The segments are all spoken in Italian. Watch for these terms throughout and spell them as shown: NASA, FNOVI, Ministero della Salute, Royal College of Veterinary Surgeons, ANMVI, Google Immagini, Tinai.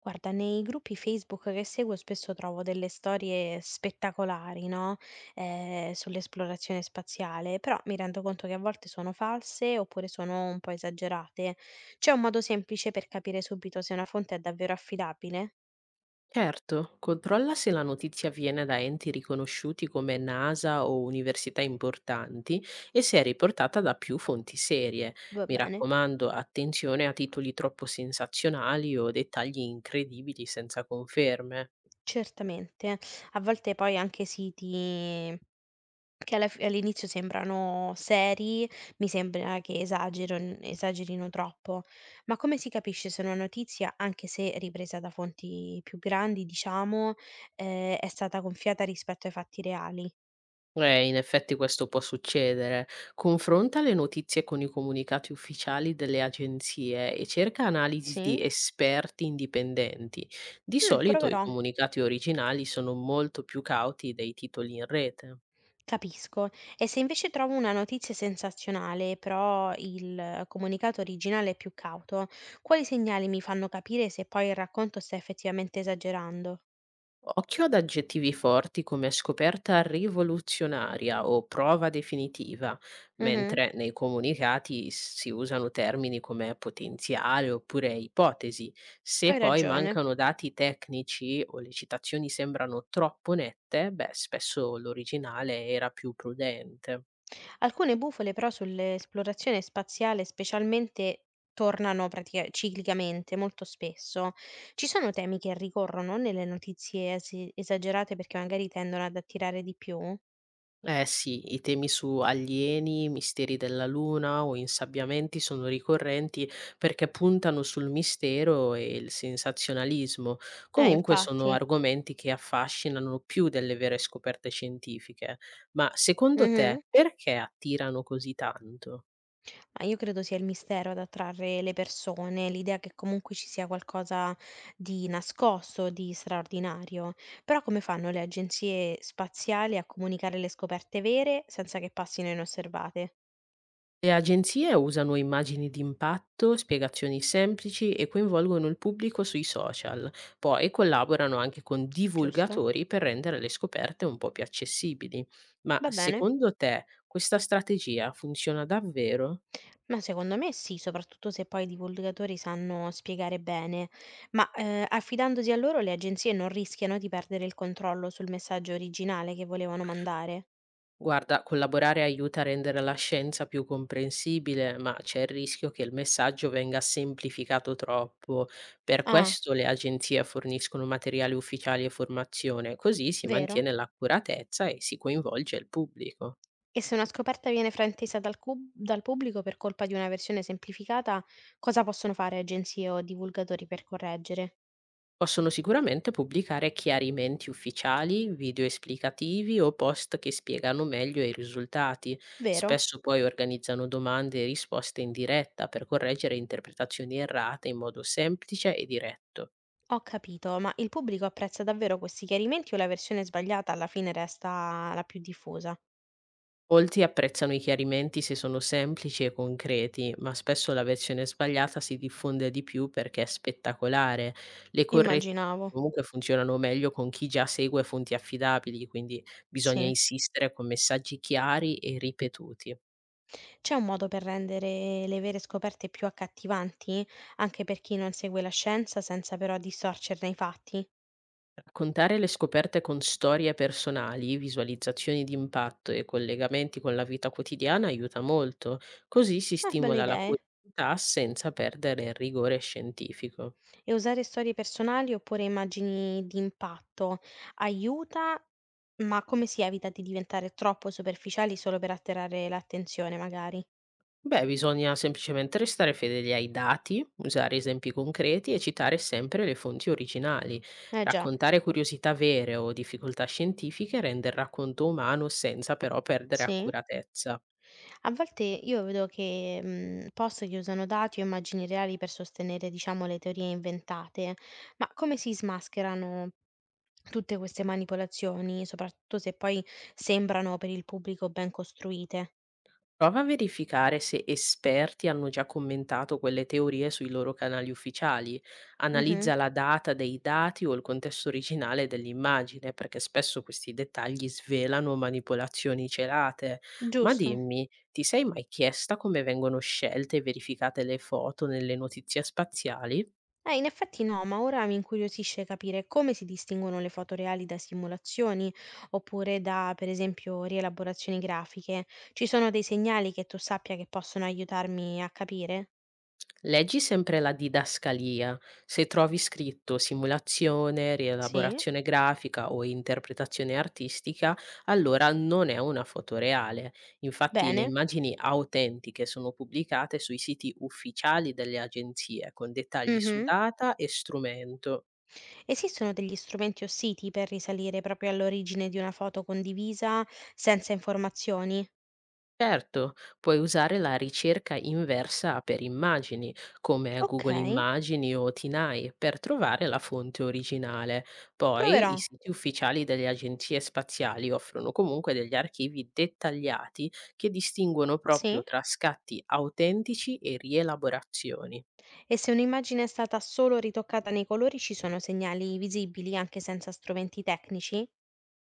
Guarda, nei gruppi Facebook che seguo spesso trovo delle storie spettacolari, no? Sull'esplorazione spaziale, però mi rendo conto che a volte sono false oppure sono un po' esagerate. C'è un modo semplice per capire subito se una fonte è davvero affidabile? Certo, controlla se la notizia viene da enti riconosciuti come NASA o università importanti e se è riportata da più fonti serie. Va Mi bene, raccomando, attenzione a titoli troppo sensazionali o dettagli incredibili senza conferme. certamente. A volte poi anche siti. Che alla fi All'inizio sembrano seri, mi sembra che esageron esagerino troppo. Ma come si capisce se una notizia, anche se ripresa da fonti più grandi diciamo, è stata gonfiata rispetto ai fatti reali? In effetti questo può succedere. Confronta le notizie con i comunicati ufficiali delle agenzie e cerca analisi di Sì. esperti indipendenti. Di solito i Proverò. comunicati originali sono molto più cauti dei titoli in rete. Capisco. E se invece trovo una notizia sensazionale, però il comunicato originale è più cauto, quali segnali mi fanno capire se poi il racconto sta effettivamente esagerando? Occhio ad aggettivi forti come scoperta rivoluzionaria o prova definitiva, Mh-mh, mentre nei comunicati si usano termini come potenziale oppure ipotesi. Se hai poi ragione. mancano dati tecnici o le citazioni sembrano troppo nette, beh, spesso l'originale era più prudente. Alcune bufale però sull'esplorazione spaziale specialmente tornano pratica ciclicamente, molto spesso. Ci sono temi che ricorrono nelle notizie esi esagerate perché magari tendono ad attirare di più? Eh sì, i temi su alieni, misteri della Luna o insabbiamenti sono ricorrenti perché puntano sul mistero e il sensazionalismo. Comunque sono Infatti. argomenti che affascinano più delle vere scoperte scientifiche. Ma secondo te Mh-mh. perché attirano così tanto? Ma io credo sia il mistero ad attrarre le persone, l'idea che comunque ci sia qualcosa di nascosto, di straordinario. Però come fanno le agenzie spaziali a comunicare le scoperte vere senza che passino inosservate, Le agenzie usano immagini d'impatto, spiegazioni semplici e coinvolgono il pubblico sui social. Poi collaborano anche con giusto? divulgatori per rendere le scoperte un po' più accessibili. Ma Va bene. secondo te questa strategia funziona davvero? Ma secondo me sì, soprattutto se poi i divulgatori sanno spiegare bene. Ma, affidandosi a loro le agenzie non rischiano di perdere il controllo sul messaggio originale che volevano mandare? Guarda, collaborare aiuta a rendere la scienza più comprensibile, ma c'è il rischio che il messaggio venga semplificato troppo. Per Ah, questo le agenzie forniscono materiali ufficiali e formazione, così si vero? mantiene l'accuratezza e si coinvolge il pubblico. E se una scoperta viene fraintesa dal pubblico per colpa di una versione semplificata, cosa possono fare agenzie o divulgatori per correggere? Possono sicuramente pubblicare chiarimenti ufficiali, video esplicativi o post che spiegano meglio i risultati. Vero? Spesso poi organizzano domande e risposte in diretta per correggere interpretazioni errate in modo semplice e diretto. Ho capito, ma il pubblico apprezza davvero questi chiarimenti o la versione sbagliata alla fine resta la più diffusa? Molti apprezzano i chiarimenti se sono semplici e concreti, ma spesso la versione sbagliata si diffonde di più perché è spettacolare. Le correzioni Immaginavo, comunque funzionano meglio con chi già segue fonti affidabili, quindi bisogna sì. insistere con messaggi chiari e ripetuti. C'è un modo per rendere le vere scoperte più accattivanti, anche per chi non segue la scienza, senza però distorcerne i fatti? Raccontare le scoperte con storie personali, visualizzazioni di impatto e collegamenti con la vita quotidiana aiuta molto, così si Ah, belle stimola la idee. curiosità senza perdere il rigore scientifico. E usare storie personali oppure immagini di impatto aiuta, ma come si evita di diventare troppo superficiali solo per attirare l'attenzione, magari? Beh, bisogna semplicemente restare fedeli ai dati, usare esempi concreti e citare sempre le fonti originali. Eh già, Raccontare curiosità vere o difficoltà scientifiche rende il racconto umano senza però perdere sì. accuratezza. A volte io vedo che, post che usano dati o immagini reali per sostenere, diciamo, le teorie inventate, ma come si smascherano tutte queste manipolazioni, soprattutto se poi sembrano per il pubblico ben costruite? Prova a verificare se esperti hanno già commentato quelle teorie sui loro canali ufficiali. Mh-mh. Analizza la data dei dati o il contesto originale dell'immagine, perché spesso questi dettagli svelano manipolazioni celate. Ma Giusto. dimmi, ti sei mai chiesta come vengono scelte e verificate le foto nelle notizie spaziali? In effetti no, ma ora mi incuriosisce capire come si distinguono le foto reali da simulazioni, oppure da, per esempio, rielaborazioni grafiche. Ci sono dei segnali che tu sappia che possono aiutarmi a capire? Leggi sempre la didascalia. Se trovi scritto simulazione, Sì? rielaborazione grafica o interpretazione artistica, allora non è una foto reale. Infatti le Bene. immagini autentiche sono pubblicate sui siti ufficiali delle agenzie con dettagli su Mh-mh. data e strumento. Esistono degli strumenti o siti per risalire proprio all'origine di una foto condivisa senza informazioni? Certo, puoi usare la ricerca inversa per immagini, come Google Okay, Immagini o Tinai, per trovare la fonte originale. Poi i proverò. siti ufficiali delle agenzie spaziali offrono comunque degli archivi dettagliati che distinguono Sì. proprio tra scatti autentici e rielaborazioni. E se un'immagine è stata solo ritoccata nei colori, ci sono segnali visibili anche senza strumenti tecnici?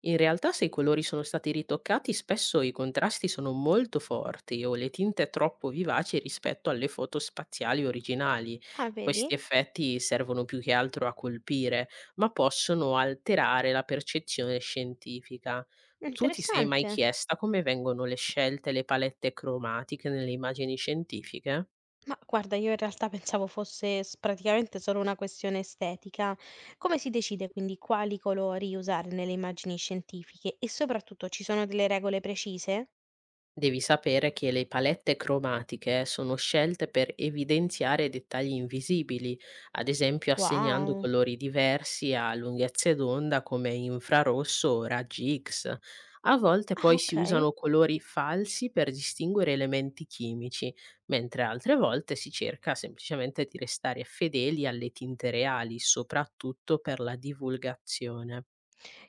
In realtà se i colori sono stati ritoccati, spesso i contrasti sono molto forti o le tinte troppo vivaci rispetto alle foto spaziali originali. Ah, Questi vedi? effetti servono più che altro a colpire, ma possono alterare la percezione scientifica. Tu ti sei mai Interessante. chiesta come vengono le scelte e le palette cromatiche nelle immagini scientifiche? Ma guarda, io in realtà pensavo fosse s praticamente solo una questione estetica. Come si decide quindi quali colori usare nelle immagini scientifiche e soprattutto ci sono delle regole precise? Devi sapere che le palette cromatiche sono scelte per evidenziare dettagli invisibili, ad esempio assegnando Wow. colori diversi a lunghezze d'onda come infrarosso o raggi X. A volte Ah, poi si okay. usano colori falsi per distinguere elementi chimici, mentre altre volte si cerca semplicemente di restare fedeli alle tinte reali, soprattutto per la divulgazione.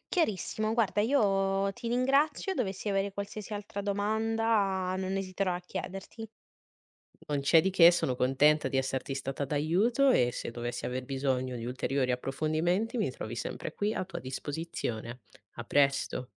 Chiarissimo. Guarda, io ti ringrazio. Dovessi avere qualsiasi altra domanda, non esiterò a chiederti. Non c'è di che, sono contenta di esserti stata d'aiuto e se dovessi aver bisogno di ulteriori approfondimenti mi trovi sempre qui a tua disposizione. A presto.